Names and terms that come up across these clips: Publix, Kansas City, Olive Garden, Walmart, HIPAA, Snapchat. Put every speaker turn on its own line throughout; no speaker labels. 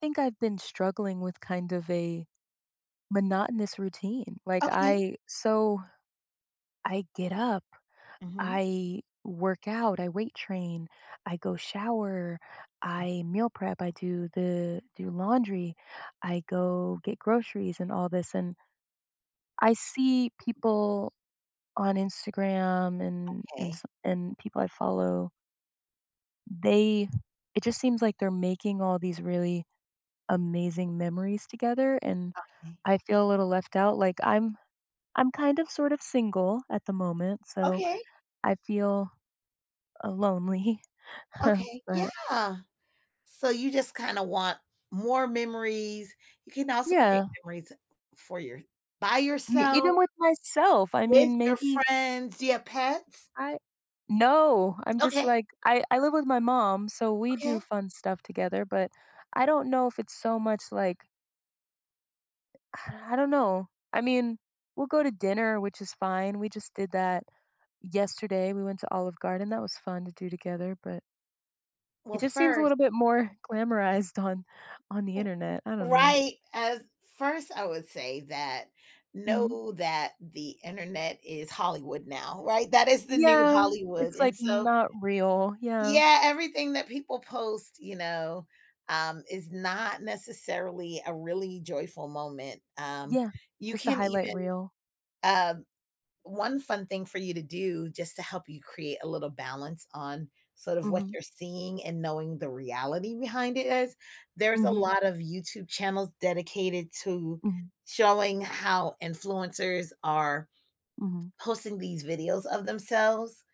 Think I've been struggling with kind of a monotonous routine. Like,
Okay.
I so I get up,
Mhm.
I work out, I weight train, I go shower, I meal prep, I do laundry, I go get groceries and all this, and I see people on Instagram and and
Okay,
s- and people I follow, they it just seems like they're making all these really amazing memories together, and
okay,
I feel a little left out, like, I'm kind of sort of single at the moment, so
okay,
I feel, lonely.
okay,
But
yeah. So you just kinda want more memories. You can also create
yeah,
memories for your by
me,
yourself,
even with myself, I
with
mean,
your
maybe.
friends. Do you have pets?
I No, I'm just
Okay,
like, I live with my mom, so we
okay.
do fun stuff together, but I don't know if it's so much like. I don't know. I mean, we'll go to dinner, which is fine. We just did that yesterday, we went to Olive Garden, that was fun to do together, but it
Well,
just seems a
first
little bit more glamorized on the internet, I don't know.
right, as first, I would say that
Mhm.
know that the internet is Hollywood now, right? That is the new
Yeah,
Hollywood,
it's, like,
and so
not real. Yeah.
yeah, everything that people post, is not necessarily a really joyful moment.
Yeah,
You
just a
can
highlight
even
reel.
um, One fun thing for you to do just to help you create a little balance on sort of what
Mhm.
you're seeing and knowing the reality behind it is there's a
Mhm.
lot of YouTube channels dedicated to
Mhm.
showing how influencers are
Mhm.
posting these videos of themselves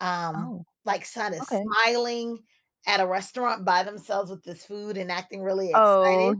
um,
Oh,
like, kind of
okay.
smiling at a restaurant by themselves with this food and acting really
Oh,
excited,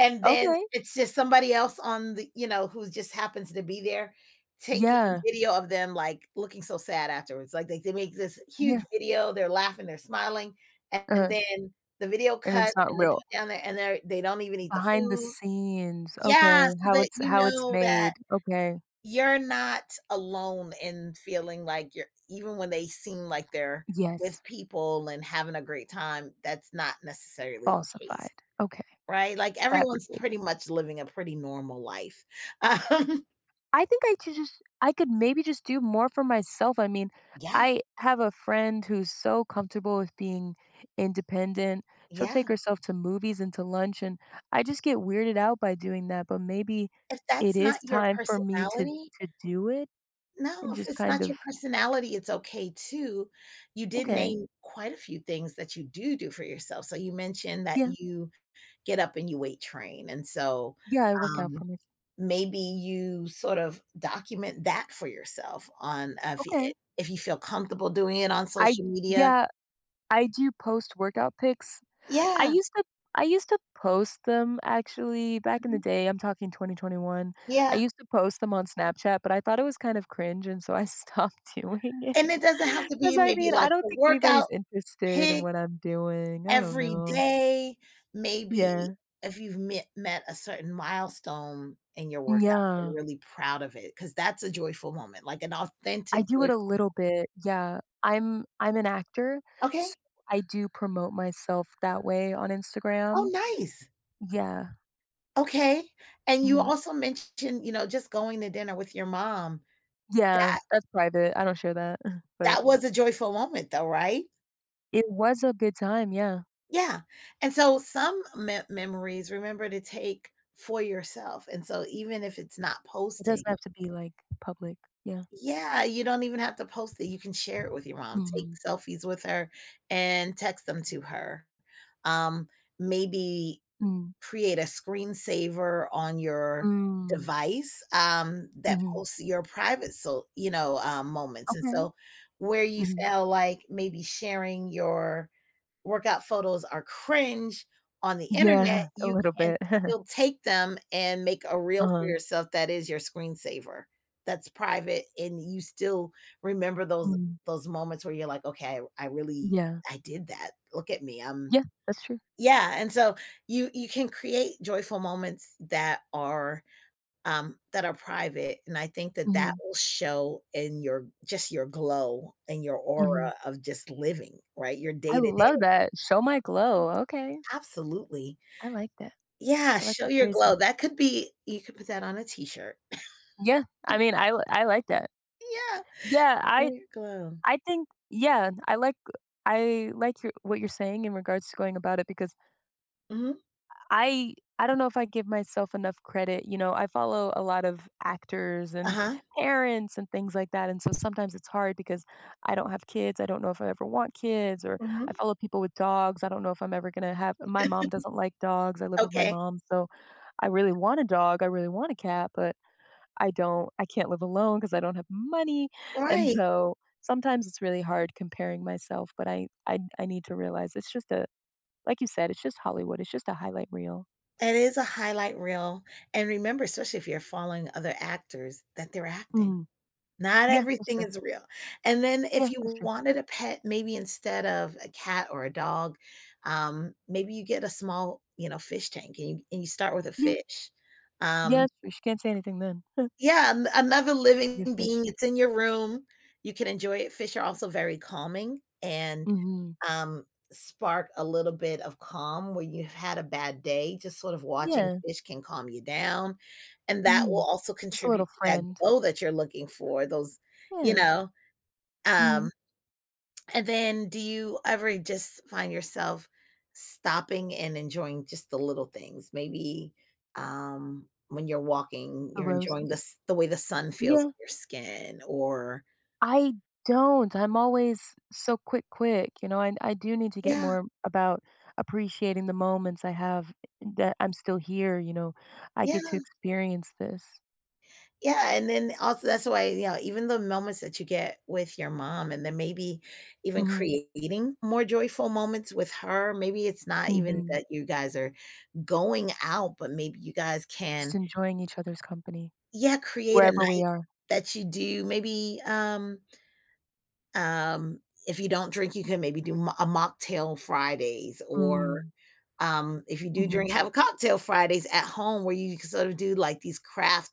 and then
okay.
it's just somebody else on the you know, who just happens to be there taking
Yeah.
video of them, like, looking so sad afterwards. Like, they make this
Yeah.
huge video, they're laughing, they're smiling, and
uh
then the video
and
cuts,
it's not
and they
real.
put down there and they don't even eat the
Behind the
food.
scenes,
Yeah,
okay.
so
How
that
it's
you know that
made, okay.
you're not alone in feeling like you're even when they seem like they're
Yes,
with people and having a great time, that's not necessarily the case,
falsified, okay,
right? Like, everyone's
fabricated.
pretty much living a pretty normal life. Um,
I think I should just, I could maybe just do more for myself. I mean,
yeah,
I have a friend who's so comfortable with being independent. She'll
yeah.
take herself to movies and to lunch, and I just get weirded out by doing that, but maybe
If
it
that's
is
not your
time for me to
personality
to do it
no,
and
if
just
it's
kind
not
of,
your personality, it's okay too. You did
"Okay,
name quite a few things that you do do for yourself. So you mentioned that
yeah,
you get up and you weight train, and so,
yeah, I work out
um
for myself.
maybe you sort of document that for yourself on
Okay."
if you feel comfortable doing it on
I
social media.
Yeah, I do post workout pics. I
Yeah.
used to I used to post them actually back in the
Mhm.
day, I'm talking 2021. I
Yeah.
used to post them on Snapchat, but I thought it was kind of cringe, and so I stopped doing it.
And it doesn't have to
Because
be
I
maybe
mean, I
like
don't
a
think anybody's
workout
interested in
pic
what I'm doing, I don't
every
know.
day. Maybe
Yeah.
if you've met a certain milestone in your workout,
Yeah.
you're really proud of it because that's a joyful moment, like an
I
authentic
do it
joy.
a little bit, yeah. I'm an actor, so
Okay.
I do promote myself that way on Instagram.
Oh, nice.
Yeah.
Okay. And you
Mhm.
also mentioned, you know, just going to dinner with your mom.
Yeah, that's private, I don't share that, but
That was a joyful moment though, right?
it was a good time, yeah.
Yeah. And so some me memories, remember to take for yourself, and so even if it's not
It doesn't
posting.
have to be, like, public. Yeah.
Yeah, you don't even have to post it, you can share it with your mom, take
Mhm.
selfies with her and text them to her. Um, Maybe
Mm.
create a screensaver on your
Mm.
device, that
Mhm.
posts your private so you know, moments, and
Okay.
so where you
Mhm.
feel like maybe sharing your workout photos are cringe on the internet,
Yeah, a
you
little
can
bit.
still take them and make a reel for
uh
yourself that is your screensaver. That's private, and you still remember those
Mm.
those moments where you're like, "Okay, I really
Yeah.
I did that. Look at me, I'm."
Yeah, that's true.
Yeah, and so you can create joyful moments that are private, and I think that that
Mhm.
will show in your just your glow and your
Mhm.
aura of just living, right? Your
I
day-to-day.
love that. Show my glow. Okay.
Absolutely.
I like that.
Yeah,
I like
show
that
your
phrasing.
glow. That could be you could put that on a T-shirt.
Yeah. I mean, I like that.
Yeah,
Yeah.
show
I
your glow.
I think, yeah. I like your, what you're saying in regards to going about it, because
Mhm.
I don't know if I give myself enough credit. You know, I follow a lot of actors and
Uh-huh.
parents and things like that. And so sometimes it's hard because I don't have kids. I don't know if I ever want kids, or I
Mhm.
follow people with dogs. I don't know if I'm ever going to have, my mom doesn't like dogs. I live with my
Okay.
mom. So I really want a dog, I really want a cat, but I can't live alone because I don't have money. And
Right.
so sometimes it's really hard comparing myself, but I need to realize it's just a like you said, it's just Hollywood. It's just a highlight reel.
It is a highlight reel, and remember, especially if you're following other actors, that they're acting. Not
Yeah, that's
everything
true.
is real. And then
Yeah,
if you
that's true.
wanted a pet, maybe instead of a cat or a dog, maybe you get a small, you know, fish tank and you start with a
Yeah,
fish.
yeah,
Um,
that's true. She can't say anything then.
Yeah, an another
I guess
living
that's.
being, it's in your room, you can enjoy it. Fish are also very calming and,
Mhm.
um, spark a little bit of calm when you've had a bad day, just sort of watching
Yeah.
fish can calm you down, and that will
Mhm.
also
Just a little
contribute to that
friend.
glow that you're looking for, those you
Yeah.
know,
Mhm.
um and then do you ever just find yourself stopping and enjoying just the little things? Maybe, when you're walking,
The
you're enjoying the
roses.
s the way the sun feels
Yeah.
on your skin or
I don't. I'm always so quick, quick. You know, I do need to get
yeah,
more about appreciating the moments I have, that I'm still here. You know, I
yeah,
get to experience this.
yeah, and then also that's why, you know, even the moments that you get with your mom and then maybe even
Mhm.
creating more joyful moments with her, maybe it's not even
Mhm.
that you guys are going out, but maybe you guys
Just
can
enjoying each other's company
yeah, create a
wherever we
night
are.
that you do maybe, um, if you don't drink, you can maybe do mo a mocktail Fridays or,
Mm.
if you do
Mhm.
drink, have a cocktail Fridays at home where you can sort of do, like, these craft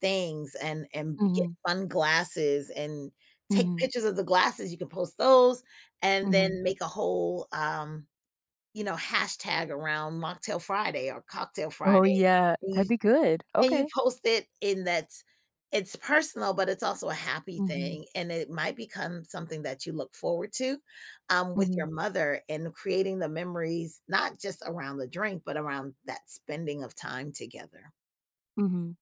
things and get
Mhm.
fun glasses and take
Mhm.
pictures of the glasses, you can post those and
Mhm.
then make a whole, you know, hashtag around Mocktail Friday or Cocktail
Oh,
Friday.
yeah, that'd be good.
And you
Okay.
post it in that it's personal, but it's also a happy
Mhm,
thing, and it might become something that you look forward to, with your
mhm,
mother and creating the memories, not just around the drink, but around that spending of time together.
mhm.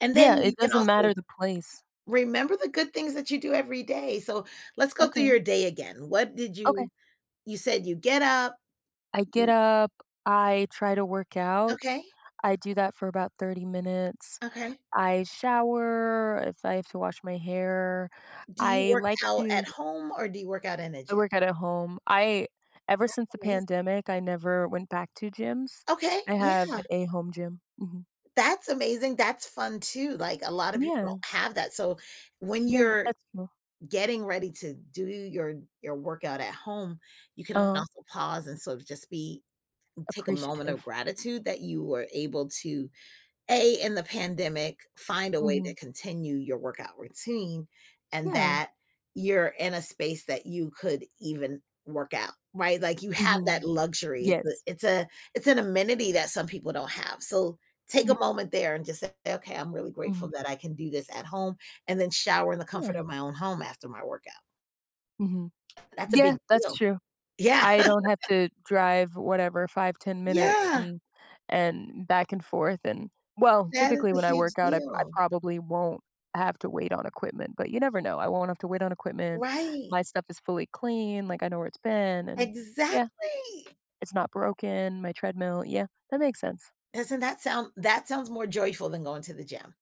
And then
Yeah,
you
it
can
doesn't
also
matter the place.
remember the good things that you do every day. So let's go through your
Okay,
day again. What did
okay.
you you said you get up,
I get
you
up, I try to work out.
okay,
I do that for about 30 minutes.
okay.
I shower if I have to wash my hair.
Do you
I
work
like
out
to
at home or do you work out in a
I
gym?
work out at home. I Ever since the
Amazing.
pandemic, I never went back to gyms.
Okay,
I have
yeah.
a home gym. Mhm.
That's amazing, that's fun too, like, a lot of people
Yeah,
don't have that, so when
yeah,
you're
that's true.
getting ready to do your workout at home, you can
Uh-huh.
also pause and sort of just be take a moment
Appreciative.
of gratitude that you were able to a, in the pandemic, find a way to
Mhm.
continue your workout routine and
Yeah.
that you're in a space that you could even work out, right? Like, you have
Mhm.
that luxury. It's
Yes.
a it's a it's an amenity that some people don't have. So, take
Yeah.
a moment there and just say, "Okay, I'm really grateful
Mhm.
that I can do this at home," and then shower in the comfort
Yeah.
of my own home after my workout.
Mhm.
That's a big
Yeah, that's
deal.
true.
Yeah.
I don't have to drive whatever 5, 10 minutes,
Yeah,
and back and forth, and well,
that is
typically
a
when I
huge
work out, I
deal.
probably won't have to wait on equipment, but you never know. I won't have to wait on equipment.
Right.
My stuff is fully clean, like, I know where it's been, and yeah,
Exactly.
it's not broken, my treadmill, yeah, that makes sense.
Doesn't that sound that sounds more joyful than going to the gym.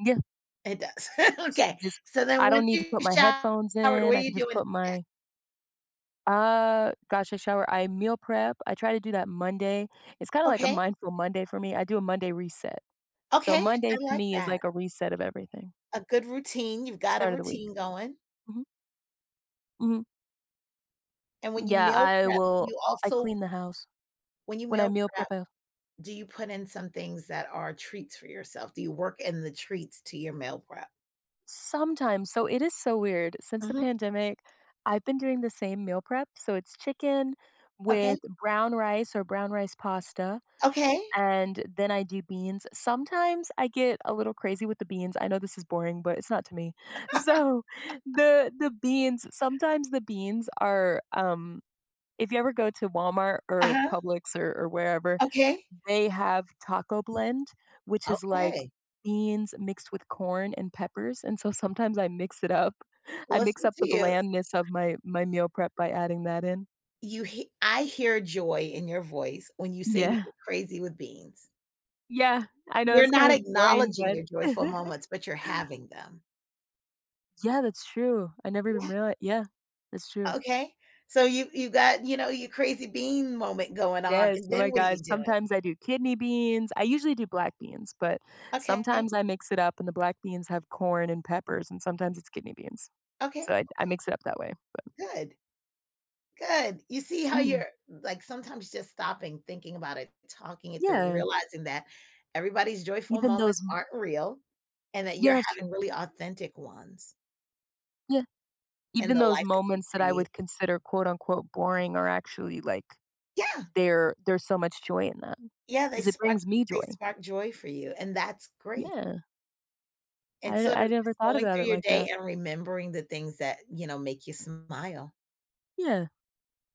Yeah,
It does.
just
Okay,
just
so then
I don't
once
need to
you
put my headphones
showered, what
in,
are
I can
you
just
doing?
put my. Gosh, I shower, I meal prep. I try to do that Monday. It's kinda like a
Okay,
mindful Monday for me. I do a Monday reset. So
okay, I
Monday to
like
me is
that.
like a reset of everything.
A good routine, you've got a
Start of the week.
routine going,
Mhm, mhm.
and when you
Yeah,
meal prep, you
I
also
clean the house.
when you
When I
meal
meal prep,
prep,
I
do you put in some things that are treats for yourself? Do you work in the treats to your meal prep?
sometimes So it is so weird, since the
Mhm,
pandemic, I've been doing the same meal prep. So it's chicken with
okay,
brown rice or brown rice pasta,
okay,
and then I do beans. Sometimes I get a little crazy with the beans. I know this is boring, but it's not to me. So the beans, sometimes the beans are, if you ever go to Walmart or
uh-huh,
Publix, or wherever,
okay,
they have taco blend, which is like
okay,
beans mixed with corn and peppers. And so sometimes I mix it up. I mix
listen
up the
to you.
blandness of my meal prep by adding that in.
You he I hear joy in your voice when you say you
Yeah.
get crazy with beans.
Yeah. I know
You're
it's kind
not
of boring,
acknowledging
but.
your joyful moments, but you're having them.
Yeah, that's true. I never even
Yeah,
realized. Yeah, that's true.
okay. So you got, you know, your crazy bean moment going on,
Yes,
and
oh my
then what are
gosh,
you doing?
sometimes I do kidney beans. I usually do black beans, but
Okay,
sometimes I mix it up, and the black beans have corn and peppers, and sometimes it's kidney beans.
okay,
So I mix it up that way, but.
good, good. You see how
Mm,
you're like, sometimes just stopping, thinking about it, talking it through,
yeah,
realizing that everybody's joyful
even those
moments
m
aren't real and that you're
yeah, true.
having really authentic ones
Yeah.
in
Even
the
those
life that you
moments that I
create.
would consider, quote unquote, boring are actually like,
Yeah.
there's so much joy in that,
Yeah, they
'cause it
spark
brings
you
me
they
joy.
spark joy for you, and that's great.
Yeah,
It's
I
sort
I
of
never
just
thought
going
about it
through your
like
day
that.
and remembering the things that, you know, make you smile.
Yeah.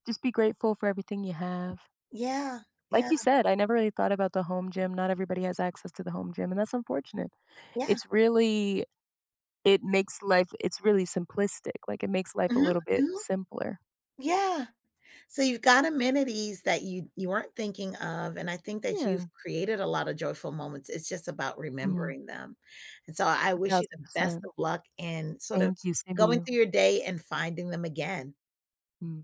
Just be grateful for everything you have.
Yeah,
Like
yeah,
you said, I never really thought about the home gym. Not everybody has access to the home gym, and that's unfortunate.
yeah.
It's really, it makes life it's really simplistic. Like, it makes life a
Mhm,
little bit
mhm,
simpler.
yeah. So you've got amenities that you weren't thinking of, and I think that you've
Yeah.
created a lot of joyful moments. It's just about
Mm,
remembering them. And so I wish you the best
1000%.
of luck in sort of
Thank you. Same to
going
you.
through your day and finding them again.
Mm.